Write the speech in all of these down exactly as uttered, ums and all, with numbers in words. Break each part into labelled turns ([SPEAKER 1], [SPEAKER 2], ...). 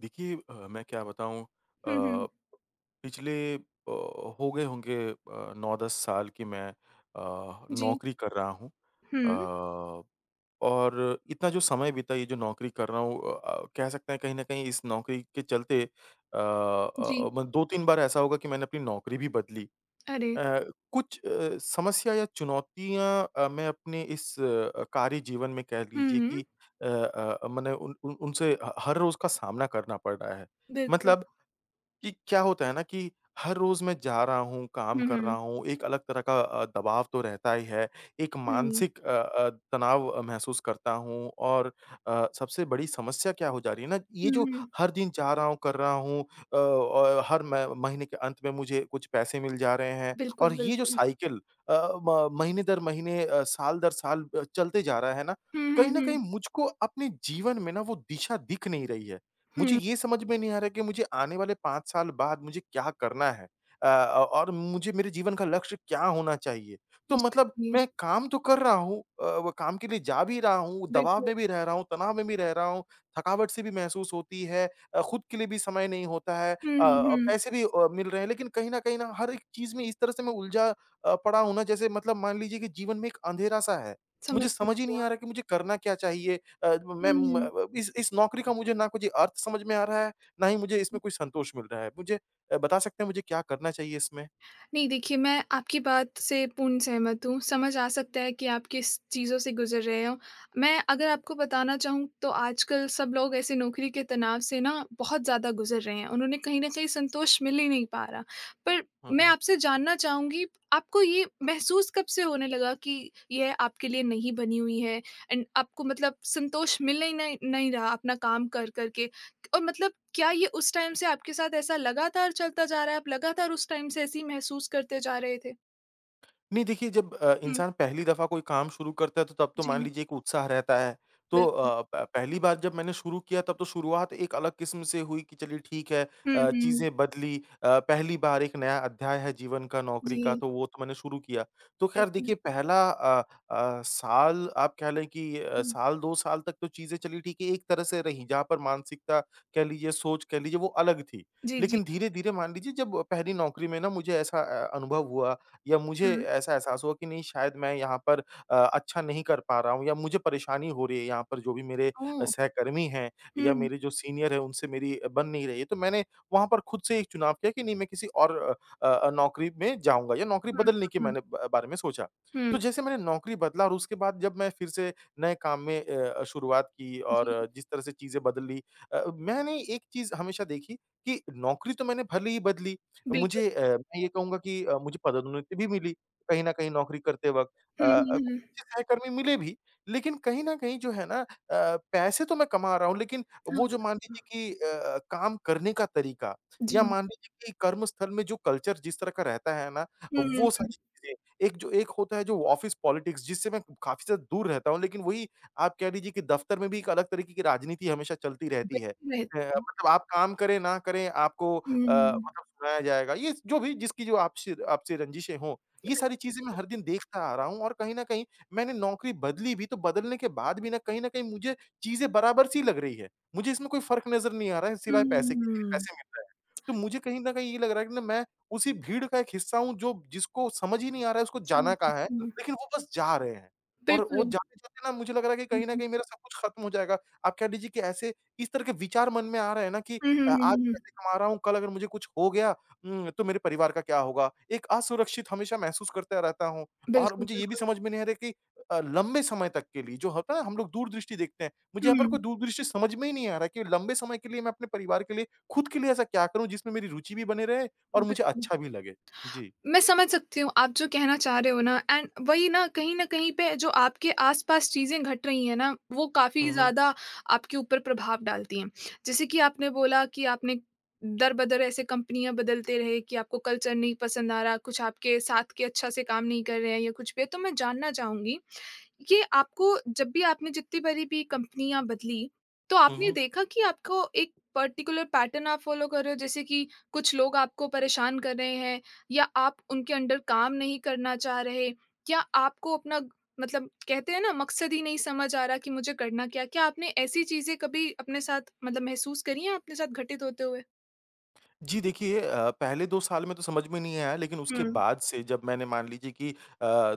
[SPEAKER 1] देखिए अ, मैं क्या बताऊँ अ,
[SPEAKER 2] हुँ, हुँ।
[SPEAKER 1] पिछले अ, हो गए होंगे अ, नौ दस साल की मैं अ,
[SPEAKER 2] जी।
[SPEAKER 1] नौकरी कर रहा हूँ।
[SPEAKER 2] हुँ,
[SPEAKER 1] अ, और इतना जो समय बीता, ये जो नौकरी कर रहा हूँ, अ अ, कह सकते हैं कहीं न कहीं इस नौकरी के चलते, अ
[SPEAKER 2] जी।
[SPEAKER 1] अ, म दो तीन बार ऐसा होगा कि मैंने अपनी नौकरी भी बदली।
[SPEAKER 2] अरे!
[SPEAKER 1] अ, कुछ अ, समस्या या चुनौतियाँ अ, मैं अपने इस अ, कार्य जीवन में कह लीजिए कि
[SPEAKER 2] हुँ,
[SPEAKER 1] अ अ, मैंने उन उन उनसे ह हर रोज़ का सामना करना पड़ रहा है।
[SPEAKER 2] बिल्कुल।
[SPEAKER 1] मतलब कि क्या होता है ना कि हर रोज़ मैं जा रहा हूँ, काम
[SPEAKER 2] हुँ,
[SPEAKER 1] कर रहा
[SPEAKER 2] हुँ।
[SPEAKER 1] हूँ, एक अलग तरह का अ, दबाव तो रहता ही है। एक
[SPEAKER 2] हुँ,
[SPEAKER 1] मानसिक अ अ, तनाव अ, महसूस करता हूँ, और अ, सबसे बड़ी समस्या क्या हो जा रही है ना, ये
[SPEAKER 2] हुँ,
[SPEAKER 1] जो
[SPEAKER 2] हुँ।
[SPEAKER 1] हर दिन जा रहा हूँ, कर रहा हूँ, अ, और हर म महीने के अंत में मुझे कुछ पैसे मिल जा रहे हैं।
[SPEAKER 2] बिल्कुल,
[SPEAKER 1] और ये जो
[SPEAKER 2] बिल्कुल।
[SPEAKER 1] साइकिल, अ, म महीने दर महीने, अ, साल दर साल, अ, चलते जा रहा है ना,
[SPEAKER 2] हुँ, हुँ,
[SPEAKER 1] कहीं न कहीं
[SPEAKER 2] हुँ।
[SPEAKER 1] मुझको अपने जीवन में ना वो दिशा दिख नहीं रही है। मुझे
[SPEAKER 2] हुँ।
[SPEAKER 1] ये समझ में नहीं आ रहा कि मुझे आने वाले पाँच साल बाद मुझे क्या करना है? अ, और मुझे मेरे जीवन का लक्ष्य क्या होना चाहिए? तो
[SPEAKER 2] जी,
[SPEAKER 1] मतलब
[SPEAKER 2] जी।
[SPEAKER 1] मैं काम तो कर रहा हूँ, अ, वो काम के लिए जा भी रहा हूँ, दबाव
[SPEAKER 2] बिल्कुल।
[SPEAKER 1] में भी रह रहा हूँ, तनाव में भी रह रहा हूँ, थकावट सी भी महसूस होती है, अ, खुद के लिए भी समय नहीं होता है, अ,
[SPEAKER 2] हुँ, हुँ, हुँ।
[SPEAKER 1] पैसे भी अ, मिल रहे हैं, लेकिन कहीं न कहीं न हर एक चीज़ में इस तरह से मैं उलझा अ, पड़ा हूँ ना, जैसे मतलब मान लीजिए कि जीवन में एक अँधेरा-सा है। मुझे
[SPEAKER 2] समझ
[SPEAKER 1] समझ ही
[SPEAKER 2] सकती
[SPEAKER 1] नहीं
[SPEAKER 2] हूँ।
[SPEAKER 1] आ रहा कि मुझे करना क्या चाहिए? अ,
[SPEAKER 2] हुँ,
[SPEAKER 1] मैं
[SPEAKER 2] हुँ।
[SPEAKER 1] म इस इस नौकरी का मुझे ना कुछ अर्थ समझ में आ रहा है, ना ही मुझे इसमें कोई संतोष मिल रहा है। मुझे अ, बता सकते हैं मुझे क्या करना चाहिए इसमें?
[SPEAKER 2] नहीं, देखिए मैं आपकी बात से पूर्ण सहमत हूँ। समझ आ सकता है कि आप किस चीज़ों से गुज़र रहे हो। मैं अगर आपको बताना चाहूँ तो आजकल सब लोग ऐसे नौकरी के तनाव से ना बहुत ज़्यादा गुज़र रहे हैं। उन्हें कहीं न कहीं संतोष मिल ही नहीं पा रहा। पर
[SPEAKER 1] हुँ,
[SPEAKER 2] मैं
[SPEAKER 1] हुँ।
[SPEAKER 2] आपसे जानना चाहूँगी आपको ये महसूस कब से होने लगा कि यह आपके लिए नहीं बनी हुई है एंड आपको मतलब संतोष मिल ही नहीं नहीं रहा अपना काम कर-कर के? और मतलब क्या ये उस टाइम से आपके साथ ऐसा लगातार चलता जा रहा है? आप लगातार उस टाइम से ऐसे ही महसूस करते जा रहे थे?
[SPEAKER 1] नहीं, देखिए, जब अ,
[SPEAKER 2] हुँ,
[SPEAKER 1] इंसान पहली दफ़ा कोई काम शुरू करता है तो तब तो मान
[SPEAKER 2] जी,
[SPEAKER 1] लीजिए एक उत्साह रहता है। तो
[SPEAKER 2] बिल्कुल।
[SPEAKER 1] अ, प पहली बार जब मैंने शुरू किया तब तो शुरुआत एक अलग किस्म से हुई, कि चलिए ठीक है,
[SPEAKER 2] हुँ,
[SPEAKER 1] अ,
[SPEAKER 2] हुँ।
[SPEAKER 1] चीज़ें बदली, अ, पहली बार एक नया अध्याय है जीवन का, नौकरी का,
[SPEAKER 2] जी,
[SPEAKER 1] तो वो तो मैंने शुरू किया। तो ख़ैर देखिए,
[SPEAKER 2] बिल्कुल।
[SPEAKER 1] पहला अ अ, साल आप कह लें कि अ,
[SPEAKER 2] हुँ,
[SPEAKER 1] साल दो साल तक तो चीज़ें चली, ठीक है, एक तरह से रही, जहाँ पर मानसिकता कह लीजिए, सोच कह लीजिए, वो अलग थी।
[SPEAKER 2] जी, जी।
[SPEAKER 1] लेकिन धीरे-धीरे मान लीजिए, जब पहली नौकरी में ना मुझे ऐसा अ, अनुभव हुआ या मुझे
[SPEAKER 2] हुँ,
[SPEAKER 1] ऐसा एहसास हुआ कि नहीं, शायद मैं यहाँ पर अ, अच्छा नहीं कर पा रहा हूँ या मुझे परेशानी हो रही है यहाँ पर, जो भी मेरे अ,
[SPEAKER 2] ओह!
[SPEAKER 1] सहकर्मी हैं
[SPEAKER 2] हुँ,
[SPEAKER 1] या
[SPEAKER 2] हुँ,
[SPEAKER 1] मेरे जो सीनियर हैं उनसे मेरी अ, बन नहीं रही है। तो मैंने वहाँ पर खुद से एक चुनाव किया कि नहीं, मैं किसी और अ अ, नौकरी में जाऊँगा, या नौकरी
[SPEAKER 2] हुँ,
[SPEAKER 1] बदलने के
[SPEAKER 2] हुँ,
[SPEAKER 1] मैंने ब बारे में सोचा।
[SPEAKER 2] हुँ,
[SPEAKER 1] तो जैसे मैंने नौकरी बदला और उसके बाद जब मैं फिर से नए काम में अ, शुरुआत की और
[SPEAKER 2] जी,
[SPEAKER 1] अ, जिस तरह से चीज़ें बदली, अ, मैंने एक चीज़ हमेशा देखी कि नौकरी तो मैंने भले ही बदली,
[SPEAKER 2] बिल्कुल।
[SPEAKER 1] मुझे, अ, मैं ये कहूँगा कि अ, मुझे पदोन्नति भी मिली, कहीं न कहीं नौकरी करते वक़्त। अ
[SPEAKER 2] हुँ,
[SPEAKER 1] अ,
[SPEAKER 2] हुँ,
[SPEAKER 1] कुछ
[SPEAKER 2] हुँ,
[SPEAKER 1] अच्छे सहकर्मी मिले भी, लेकिन कहीं न कहीं जो है ना, अ, पैसे तो मैं कमा रहा हूँ, लेकिन वो जो
[SPEAKER 2] हाँ,
[SPEAKER 1] मान लीजिए कि, अ अ, काम करने का तरीका, या
[SPEAKER 2] जी।
[SPEAKER 1] मान लीजिए कि कर्मस्थल में जो कल्चर जिस तरह का रहता है ना,
[SPEAKER 2] हुँ,
[SPEAKER 1] वो
[SPEAKER 2] हुँ,
[SPEAKER 1] सारी चीज़ें। एक जो एक होता है जो ऑफ़िस पॉलिटिक्स, जिससे मैं काफ़ी ज़्यादा दूर रहता हूँ, लेकिन वही आप कह लीजिए कि दफ़्तर में भी एक अलग तरीके की राजनीति हमेशा चलती रहती है।
[SPEAKER 2] बिल्कुल। रह
[SPEAKER 1] अ, मतलब आप काम करें, ना करें, आपको अ,
[SPEAKER 2] हुँ,
[SPEAKER 1] मतलब सुनाया जाएगा। ये जो भी जिसकी जो आपसे आपसे रंजिशें हों, ये सारी
[SPEAKER 2] बिल्कुल।
[SPEAKER 1] चीज़ें मैं हर दिन देखता आ रहा हूँ और कहीं न कहीं मैंने नौकरी बदली भी, तो बदलने के बाद भी ना कहीं न कहीं मुझे चीज़ें बराबर-सी लग रही है। मुझे इसमें कोई फ़र्क नज़र नहीं आ रहा है, सिवाय पैसे के कि
[SPEAKER 2] हुँ,
[SPEAKER 1] पैसे मिल रहे हैं। तो मुझे कहीं न कहीं ये लग रहा है कि ना मैं उसी भीड़ का एक हिस्सा हूँ, जो जिसको समझ ही नहीं आ रहा है उसको जाना
[SPEAKER 2] समझ
[SPEAKER 1] कहाँ है,
[SPEAKER 2] सकती हूँ।
[SPEAKER 1] लेकिन वो बस जा रहे हैं। और वो
[SPEAKER 2] बिल्कुल।
[SPEAKER 1] जाते-जाते ना मुझे लग रहा है कि
[SPEAKER 2] हुँ,
[SPEAKER 1] कहीं न
[SPEAKER 2] हुँ।
[SPEAKER 1] कहीं मेरा सब कुछ खत्म हो जाएगा। आप कह लीजिए कि ऐसे, इस तरह के विचार मन में आ रहे हैं ना कि,
[SPEAKER 2] हुँ, हुँ,
[SPEAKER 1] अ,
[SPEAKER 2] हुँ,
[SPEAKER 1] आज
[SPEAKER 2] हुँ, हुँ।
[SPEAKER 1] पैसे कमा रहा हूँ, कल अगर मुझे कुछ हो गया, उम, तो मेरे परिवार का क्या होगा? एक असुरक्षित हमेशा महसूस करता रहता हूँ और
[SPEAKER 2] बिल्कुल,
[SPEAKER 1] मुझे ये भी
[SPEAKER 2] बिल्कुल।
[SPEAKER 1] समझ में नहीं आ रहा कि अ, लंबे समय तक के लिए जो होता है ना हम लोग दूरदृष्टि देखते हैं, मुझे यहाँ पर कोई
[SPEAKER 2] हुँ,
[SPEAKER 1] दूरदृष्टि समझ में ही नहीं आ रहा कि लंबे समय के लिए मैं अपने परिवार के लिए, खुद के लिए ऐसा क्या करूँ जिसमें मेरी रुचि भी बने रहे और मुझे
[SPEAKER 2] बिल्कुल।
[SPEAKER 1] अच्छा भी लगे? जी।
[SPEAKER 2] मैं समझ सकती हूँ आप जो कहना चाह रहे हो ना एंड वही ना कहीं न कहीं पे जो आपके आस-पास चीज़ें घट रही हैं ना, वो काफ़ी
[SPEAKER 1] हुँ, हुँ।
[SPEAKER 2] ज़्यादा आपके ऊपर प्रभाव डालती हैं। जैसे कि आपने बोला कि आपने दर-बदर ऐसे कंपनियाँ बदलते रहे कि आपको कल्चर नहीं पसंद आ रहा, कुछ आपके साथ के अच्छा से काम नहीं कर रहे हैं या कुछ भी है। तो मैं जानना चाहूँगी ये आपको जब भी आपने जितनी बड़ी भी कंपनियाँ बदली, तो
[SPEAKER 1] हुँ,
[SPEAKER 2] आपने
[SPEAKER 1] हुँ।
[SPEAKER 2] देखा कि आपको एक पर्टिकुलर पैटर्न आप फ़ॉलो कर रहे हो जैसे कि कुछ लोग आपको परेशान कर रहे हैं या आप उनके अंडर काम नहीं करना चाह रहे या आपको अपना ग- मतलब कहते हैं ना मकसद ही नहीं समझ आ रहा कि मुझे करना क्या है? क्या आपने ऐसी चीज़ें कभी अपने साथ मतलब महसूस करी हैं अपने साथ घटित होते हुए?
[SPEAKER 1] जी, देखिए, अ, पहले दो साल में तो समझ में नहीं आया, लेकिन उसके
[SPEAKER 2] हुँ।
[SPEAKER 1] बाद से जब मैंने मान लीजिए कि अ,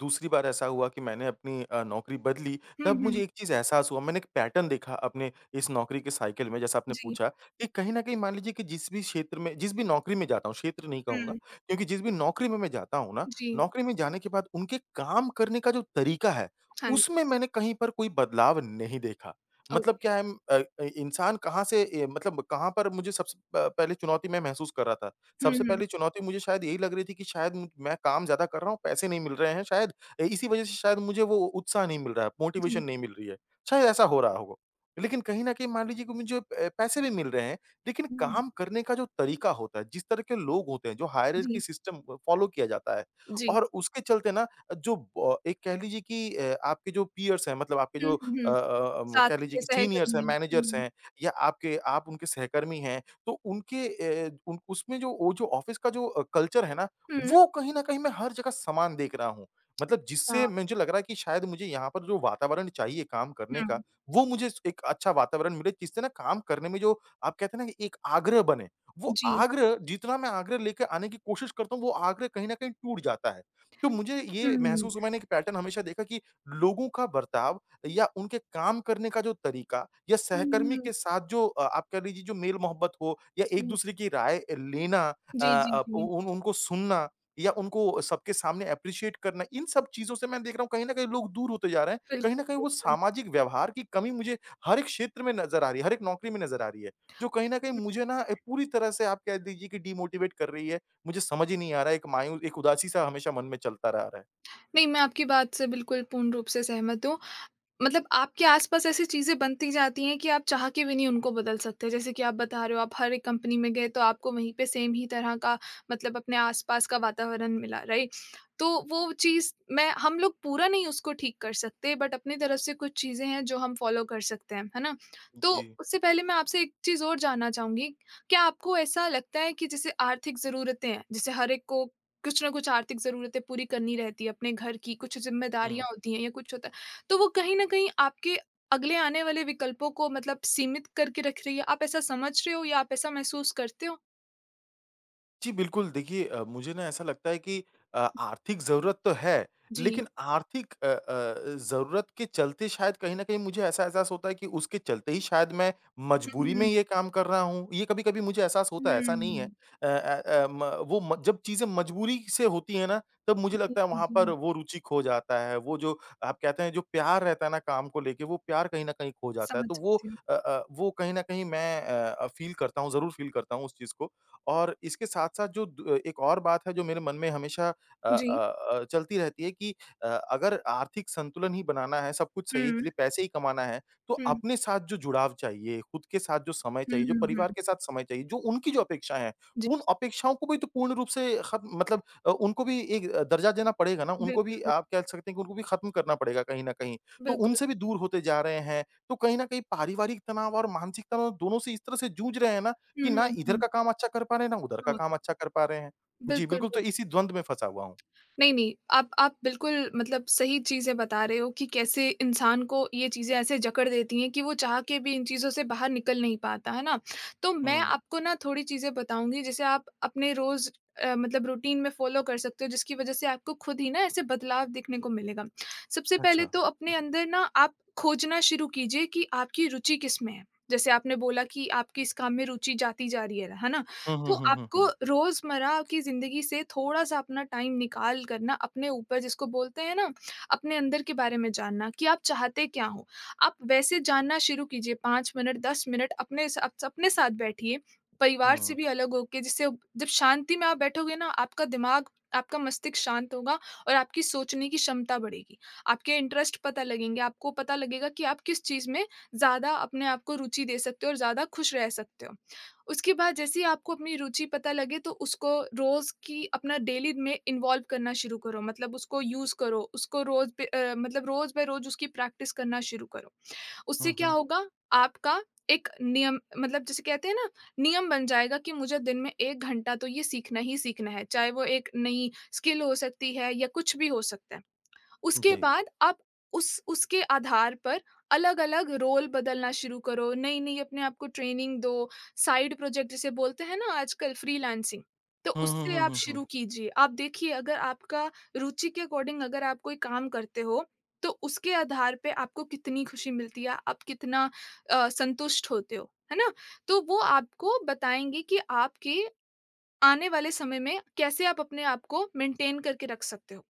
[SPEAKER 1] दूसरी बार ऐसा हुआ कि मैंने अपनी अ, नौकरी बदली,
[SPEAKER 2] हुँ,
[SPEAKER 1] तब मुझे
[SPEAKER 2] हुँ।
[SPEAKER 1] एक चीज़ एहसास हुआ, मैंने एक पैटर्न देखा अपने इस नौकरी के साइकिल में, जैसा आपने
[SPEAKER 2] जी।
[SPEAKER 1] पूछा कि कहीं न कहीं मान लीजिए कि जिस भी क्षेत्र में जिस भी नौकरी में जाता हूँ, क्षेत्र नहीं कहूँगा,
[SPEAKER 2] हुँ।
[SPEAKER 1] क्योंकि जिस भी नौकरी में मैं जाता हूँ ना,
[SPEAKER 2] जी।
[SPEAKER 1] नौकरी में जाने के बाद उनके काम करने का जो तरीका है,
[SPEAKER 2] हाँ जी।
[SPEAKER 1] उसमें मैंने कहीं पर कोई बदलाव नहीं देखा। मतलब
[SPEAKER 2] ओके।
[SPEAKER 1] क्या है, म, अ, इ इंसान कहाँ से ए मतलब कहाँ पर मुझे सबसे प पहले चुनौती मैं महसूस कर रहा था।
[SPEAKER 2] हुँ,
[SPEAKER 1] सबसे
[SPEAKER 2] हुँ।
[SPEAKER 1] पहली चुनौती मुझे शायद यही लग रही थी कि शायद म मैं काम ज़्यादा कर रहा हूँ, पैसे नहीं मिल रहे हैं, शायद अ, इसी वज़ह से शायद मुझे वो उत्साह नहीं मिल रहा है, मोटिवेशन
[SPEAKER 2] जी।
[SPEAKER 1] नहीं मिल रही है। शायद ऐसा हो रहा हो। लेकिन कहीं न कहीं मान लीजिए कि मुझे अ, पैसे भी मिल रहे हैं, लेकिन
[SPEAKER 2] हुँ।
[SPEAKER 1] काम करने का जो तरीका होता है, जिस तरह के लोग होते हैं, जो हायरार्की
[SPEAKER 2] जी।
[SPEAKER 1] सिस्टम अ, फ़ॉलो किया जाता है,
[SPEAKER 2] जी।
[SPEAKER 1] और उसके चलते ना, जो ब एक कह लीजिए कि, अ, आपके जो पीयर्स हैं, मतलब आपके
[SPEAKER 2] हुँ,
[SPEAKER 1] जो
[SPEAKER 2] हुँ,
[SPEAKER 1] अ
[SPEAKER 2] हुँ।
[SPEAKER 1] अ, अम,
[SPEAKER 2] साथ
[SPEAKER 1] कह लीजिए
[SPEAKER 2] के
[SPEAKER 1] कि सीनियर्स हैं,
[SPEAKER 2] सहकर्मी।
[SPEAKER 1] मैनेजर्स
[SPEAKER 2] हुँ,
[SPEAKER 1] हैं, या आपके आप उनके सहकर्मी हैं, तो उनके ए, उन उसमें जो वो जो ऑफ़िस का जो अ, कल्चर है ना,
[SPEAKER 2] हुँ,
[SPEAKER 1] वो कहीं न कहीं मैं हर जगह समान देख रहा हूँ। मतलब
[SPEAKER 2] अच्छा,
[SPEAKER 1] जिससे मुझे लग रहा है कि शायद मुझे यहाँ पर जो वातावरण चाहिए काम करने का,
[SPEAKER 2] हुँ,
[SPEAKER 1] वो मुझे स एक अच्छा वातावरण मिले, जिससे ना काम करने में जो आप कहते हैं ना कि एक आग्रह बने, वो
[SPEAKER 2] जी।
[SPEAKER 1] आग्रह जितना मैं आग्रह लेके आने की कोशिश करता हूँ, वो आग्रह कहीं न कहीं टूट जाता है। तो मुझे ये
[SPEAKER 2] हुँ,
[SPEAKER 1] महसूस हुआ, मैंने एक पैटर्न हमेशा देखा कि लोगों का बर्ताव या उनके काम करने का जो तरीका, या सहकर्मी
[SPEAKER 2] हुँ,
[SPEAKER 1] के साथ जो अ, आप कह लीजिए जो मेल-मोहब्बत हो या
[SPEAKER 2] जी।
[SPEAKER 1] एक-दूसरे की राय लेना, अ
[SPEAKER 2] जी, जी,
[SPEAKER 1] अ,
[SPEAKER 2] जी।
[SPEAKER 1] उन उनको सुनना या उनको सबके सामने एप्रिशिएट करना, इन सब चीज़ों से मैं देख रहा हूँ कहीं न कहीं लोग दूर होते जा रहे हैं। कहीं न
[SPEAKER 2] बिल्कुल,
[SPEAKER 1] कहीं वो
[SPEAKER 2] बिल्कुल।
[SPEAKER 1] सामाजिक व्यवहार की कमी मुझे हर एक क्षेत्र में नज़र आ रही है, हर एक नौकरी में नज़र आ रही है। जो कहीं न कहीं
[SPEAKER 2] हुँ।
[SPEAKER 1] मुझे ना ए, पूरी तरह से आप कह दीजिए कि डिमोटिवेट कर रही है। मुझे समझ ही नहीं आ रहा है, एक मायूस, एक उदासी-सा हमेशा मन में चलता रह रहा है।
[SPEAKER 2] नहीं, मैं आपकी बात से बिल्कुल पूर्ण रूप से सहमत हूँ मतलब आपके आसपास ऐसी चीज़ें बनती जाती हैं कि आप चाह के भी नहीं उनको बदल सकते। जैसे कि आप बता रहे हो, आप हर एक कंपनी में गए तो आपको वहीं पे सेम ही तरह का मतलब अपने आसपास का वातावरण मिला, राइट? तो वो चीज़ मैं हम लोग पूरा नहीं उसको ठीक कर सकते बट अपनी तरफ से कुछ चीज़ें हैं जो हम फ़ॉलो कर सकते हैं, है ना? तो
[SPEAKER 1] जी।
[SPEAKER 2] उससे पहले मैं आपसे एक चीज़ और जानना चाहूँगी, क्या आपको ऐसा लगता है कि जैसे आर्थिक ज़रूरतें हैं, जैसे हर एक को कुछ ना कुछ आर्थिक ज़रूरतें पूरी करनी रहती है, अपने घर की कुछ
[SPEAKER 1] हुँ।
[SPEAKER 2] ज़िम्मेदारियाँ होती हैं या कुछ होता है। तो वो कहीं न कहीं आपके अगले आने वाले विकल्पों को मतलब सीमित करके रख रही है। आप ऐसा समझ रहे हो या आप ऐसा महसूस करते हो?
[SPEAKER 1] जी, बिल्कुल। देखिए, अ, मुझे ना ऐसा लगता है कि अ, आर्थिक ज़रूरत तो है,
[SPEAKER 2] जी।
[SPEAKER 1] लेकिन आर्थिक अ अ, ज़रूरत के चलते शायद कहीं न कहीं मुझे ऐसा एहसास होता है कि उसके चलते ही शायद मैं
[SPEAKER 2] हुँ,
[SPEAKER 1] मजबूरी में
[SPEAKER 2] हुँ।
[SPEAKER 1] ये काम कर रहा हूँ। ये कभी-कभी मुझे एहसास होता है, ऐसा नहीं है।
[SPEAKER 2] हुँ।
[SPEAKER 1] अ अ अ, म वो म जब चीज़ें मजबूरी से होती हैं ना, तब मुझे
[SPEAKER 2] जी,
[SPEAKER 1] लगता है
[SPEAKER 2] जी,
[SPEAKER 1] वहाँ पर
[SPEAKER 2] जी।
[SPEAKER 1] वो रुचि खो जाता है। वो जो आप कहते हैं जो प्यार रहता है ना काम को लेके, वो प्यार कहीं न कहीं खो जाता है।
[SPEAKER 2] समझ
[SPEAKER 1] तो वो
[SPEAKER 2] सकती हूँ।
[SPEAKER 1] अ अ, वो कहीं न कहीं मैं अ अ, फ़ील करता हूँ, ज़रूर फ़ील करता हूँ उस चीज़ को। और इसके साथ-साथ जो द एक और बात है जो मेरे मन में हमेशा अ अ
[SPEAKER 2] जी।
[SPEAKER 1] अ, चलती रहती है कि, अ, अगर आर्थिक संतुलन ही बनाना है, सब कुछ
[SPEAKER 2] हुँ,
[SPEAKER 1] सही,
[SPEAKER 2] हुँ।
[SPEAKER 1] चलिए पैसे ही कमाना है, तो अपने साथ जो जुड़ाव चाहिए, खुद के साथ जो समय
[SPEAKER 2] हुँ,
[SPEAKER 1] चाहिए, जो
[SPEAKER 2] हुँ, हुँ।
[SPEAKER 1] परिवार के साथ समय चाहिए, जो उनकी जो अपेक्षाएँ हैं,
[SPEAKER 2] जी,
[SPEAKER 1] उन अपेक्षाओं को भी तो पूर्ण रूप से खत्म मतलब अ, उनको भी एक अ, दर्जा देना पड़ेगा ना, उनको
[SPEAKER 2] बिल्कुल,
[SPEAKER 1] भी
[SPEAKER 2] बिल
[SPEAKER 1] आप कह सकते हैं कि उनको भी खत्म करना पड़ेगा कहीं न कहीं। तो
[SPEAKER 2] बिल्कुल।
[SPEAKER 1] उनसे भी दूर होते जा रहे हैं, तो कहीं न कहीं पारिवारिक तनाव और मानसिक तनाव दोनों से इस तरह से जूझ रहे हैं ना
[SPEAKER 2] हुँ,
[SPEAKER 1] कि
[SPEAKER 2] हुँ,
[SPEAKER 1] ना इधर
[SPEAKER 2] हुँ।
[SPEAKER 1] का काम अच्छा कर पा रहे हैं, ना उधर का काम अच्छा कर पा रहे हैं। जी,
[SPEAKER 2] बिल्कुल।
[SPEAKER 1] बिल्कुल, तो इसी द्वंद में फँसा हुआ हूँ।
[SPEAKER 2] नहीं, नहीं। आप आप बिल्कुल मतलब सही चीज़ें बता रहे हो कि कैसे इंसान को ये चीज़ें ऐसे जकड़ देती हैं कि वो चाह के भी इन चीज़ों से बाहर निकल नहीं पाता, है ना? तो मैं
[SPEAKER 1] हुँ,
[SPEAKER 2] आपको ना थोड़ी चीज़ें बताऊँगी जिसे आप अपने रोज़ अ, मतलब रूटीन में फ़ॉलो कर सकते हो जिसकी वज़ह से आपको खुद ही ना ऐसे बदलाव देखने को मिलेगा। सबसे पहले
[SPEAKER 1] अच्छा।
[SPEAKER 2] तो अपने अंदर ना आप खोजना शुरू कीजिए कि आपकी रुचि किसमें है। जैसे आपने बोला कि आपकी इस काम में रुचि जाती जा रही है, है ना?
[SPEAKER 1] हुँ, हुँ,
[SPEAKER 2] तो
[SPEAKER 1] हुँ, हुँ,
[SPEAKER 2] आपको
[SPEAKER 1] हुँ।
[SPEAKER 2] रोज़मर्रा की ज़िंदगी से थोड़ा-सा अपना टाइम निकाल कर ना अपने ऊपर जिसको बोलते हैं ना, अपने अंदर के बारे में जानना कि आप चाहते क्या हो? आप वैसे जानना शुरू कीजिए पाँच मिनट, दस मिनट अपने सा अपने साथ बैठिए, परिवार से
[SPEAKER 1] हुँ,
[SPEAKER 2] भी अलग होके जिससे जब शांति में आप बैठोगे ना, आपका दिमाग, आपका मस्तिष्क शांत होगा और आपकी सोचने की क्षमता बढ़ेगी। आपके इंटरेस्ट पता लगेंगे, आपको पता लगेगा कि आप किस चीज़ में ज़्यादा अपने आप को रुचि दे सकते हो और ज़्यादा खुश रह सकते हो। उसके बाद जैसे ही आपको अपनी रुचि पता लगे तो उसको रोज़ की अपना डेली में इन्वॉल्व करना शुरू करो मतलब उसको यूज़ करो, उसको रोज़ पे अ, मतलब रोज़ बाय रोज़ उसकी प्रैक्टिस करना शुरू करो। उससे
[SPEAKER 1] हुँ,
[SPEAKER 2] क्या
[SPEAKER 1] हुँ।
[SPEAKER 2] होगा आपका एक नियम मतलब जिसे कहते हैं ना नियम बन जाएगा कि मुझे दिन में एक घंटा तो ये सीखना ही सीखना है, चाहे वो एक नई स्किल हो सकती है या कुछ भी हो सकता है। उसके
[SPEAKER 1] जी।
[SPEAKER 2] बाद आप उस उसके आधार पर अलग-अलग रोल बदलना शुरू करो, नई-नई अपने आप को ट्रेनिंग दो, साइड प्रोजेक्ट जिसे बोलते हैं ना आजकल फ्रीलांसिंग, तो
[SPEAKER 1] हुँ, हुँ,
[SPEAKER 2] उससे
[SPEAKER 1] हुँ,
[SPEAKER 2] आप
[SPEAKER 1] हुँ, हुँ।
[SPEAKER 2] शुरू कीजिए। आप देखिए अगर आपका रुचि के अकॉर्डिंग अगर आप कोई काम करते हो, तो उसके आधार पे आपको कितनी खुशी मिलती है, आप कितना अ, संतुष्ट होते हो, है ना? तो वो आपको बताएँगे कि आपके आने वाले समय में कैसे आप अपने आप को मेंटेन करके रख सकते हो।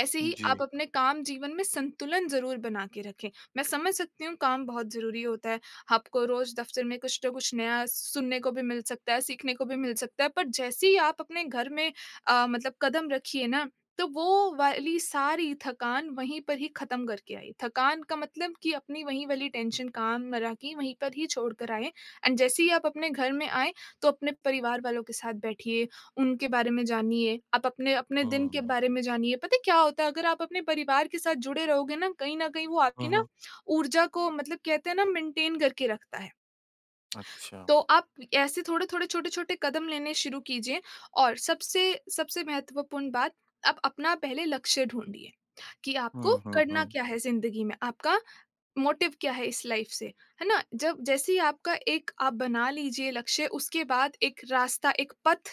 [SPEAKER 2] ऐसे ही
[SPEAKER 1] जी।
[SPEAKER 2] आप अपने काम जीवन में संतुलन ज़रूर बना के रखें। मैं समझ सकती हूँ काम बहुत ज़रूरी होता है, आपको रोज़ दफ़्तर में कुछ न कुछ नया सुनने को भी मिल सकता है, सीखने को भी मिल सकता है, पर जैसे ही आप अपने घर में अ, मतलब कदम रखिए ना, तो वो वाली सारी थकान वहीं पर ही ख़त्म करके आइए। थकान का मतलब कि अपनी वही वाली टेंशन काम-मरा की वहीं पर ही छोड़ कर आएँ एंड जैसे ही आप अपने घर में आएँ तो अपने परिवार वालों के साथ बैठिए, उनके बारे में जानिए, आप अपने अपने दिन के
[SPEAKER 1] हुँ,
[SPEAKER 2] बारे में जानिए। पता है क्या होता है अगर आप अपने परिवार के साथ जुड़े रहोगे ना, कहीं न कहीं वो
[SPEAKER 1] हुँ,
[SPEAKER 2] आपकी ना
[SPEAKER 1] हुँ।
[SPEAKER 2] ऊर्जा को मतलब कहते हैं ना मेंटेन करके रखता है।
[SPEAKER 1] अच्छा।
[SPEAKER 2] तो आप ऐसे थोड़े-थोड़े, छोटे-छोटे कदम लेने शुरू कीजिए और सबसे सबसे महत्वपूर्ण बात, आप अपना पहले लक्ष्य ढूँढिए, कि आपको
[SPEAKER 1] हुँ, हुँ,
[SPEAKER 2] करना
[SPEAKER 1] हुँ।
[SPEAKER 2] क्या है ज़िंदगी में, आपका मोटिव क्या है इस लाइफ से, है ना? जब जैसे ही आपका एक आप बना लीजिए लक्ष्य, उसके बाद एक रास्ता, एक पथ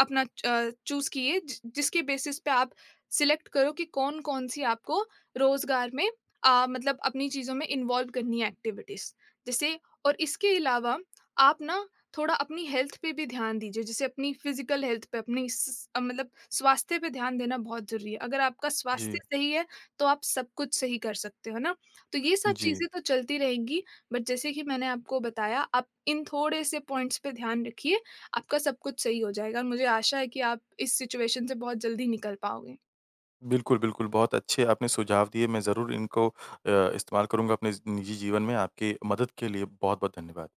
[SPEAKER 2] अपना अ, चूज़ किए जि जिसके बेसिस पे आप सिलेक्ट करो कि कौन-कौन सी आपको रोज़गार में अ, मतलब अपनी चीज़ों में इन्वॉल्व करनी है एक्टिविटीज़। जैसे और इसके अलावा आप ना थोड़ा अपनी हेल्थ पे भी ध्यान दीजिए, जैसे अपनी फिज़िकल हेल्थ पे, अपनी स अ, मतलब स्वास्थ्य पे ध्यान देना बहुत ज़रूरी है। अगर आपका स्वास्थ्य
[SPEAKER 1] जी,
[SPEAKER 2] सही है, तो आप सब कुछ सही कर सकते हो, है ना? तो ये सब
[SPEAKER 1] जी।
[SPEAKER 2] चीज़ें तो चलती रहेंगी, बट जैसे कि मैंने आपको बताया, आप इन थोड़े से पॉइंट्स पे ध्यान रखिए, आपका सब कुछ सही हो जाएगा और मुझे आशा है कि आप इस सिचुएशन से बहुत जल्दी निकल पाओगे।
[SPEAKER 1] बिल्कुल, बिल्कुल, बहुत अच्छे आपने सुझाव दिए, मैं ज़रूर इनको अ, इस्तेमाल करूँगा अपने ज़ निजी जीवन में। आपकी मदद के लिए बहुत-बहुत धन्यवाद।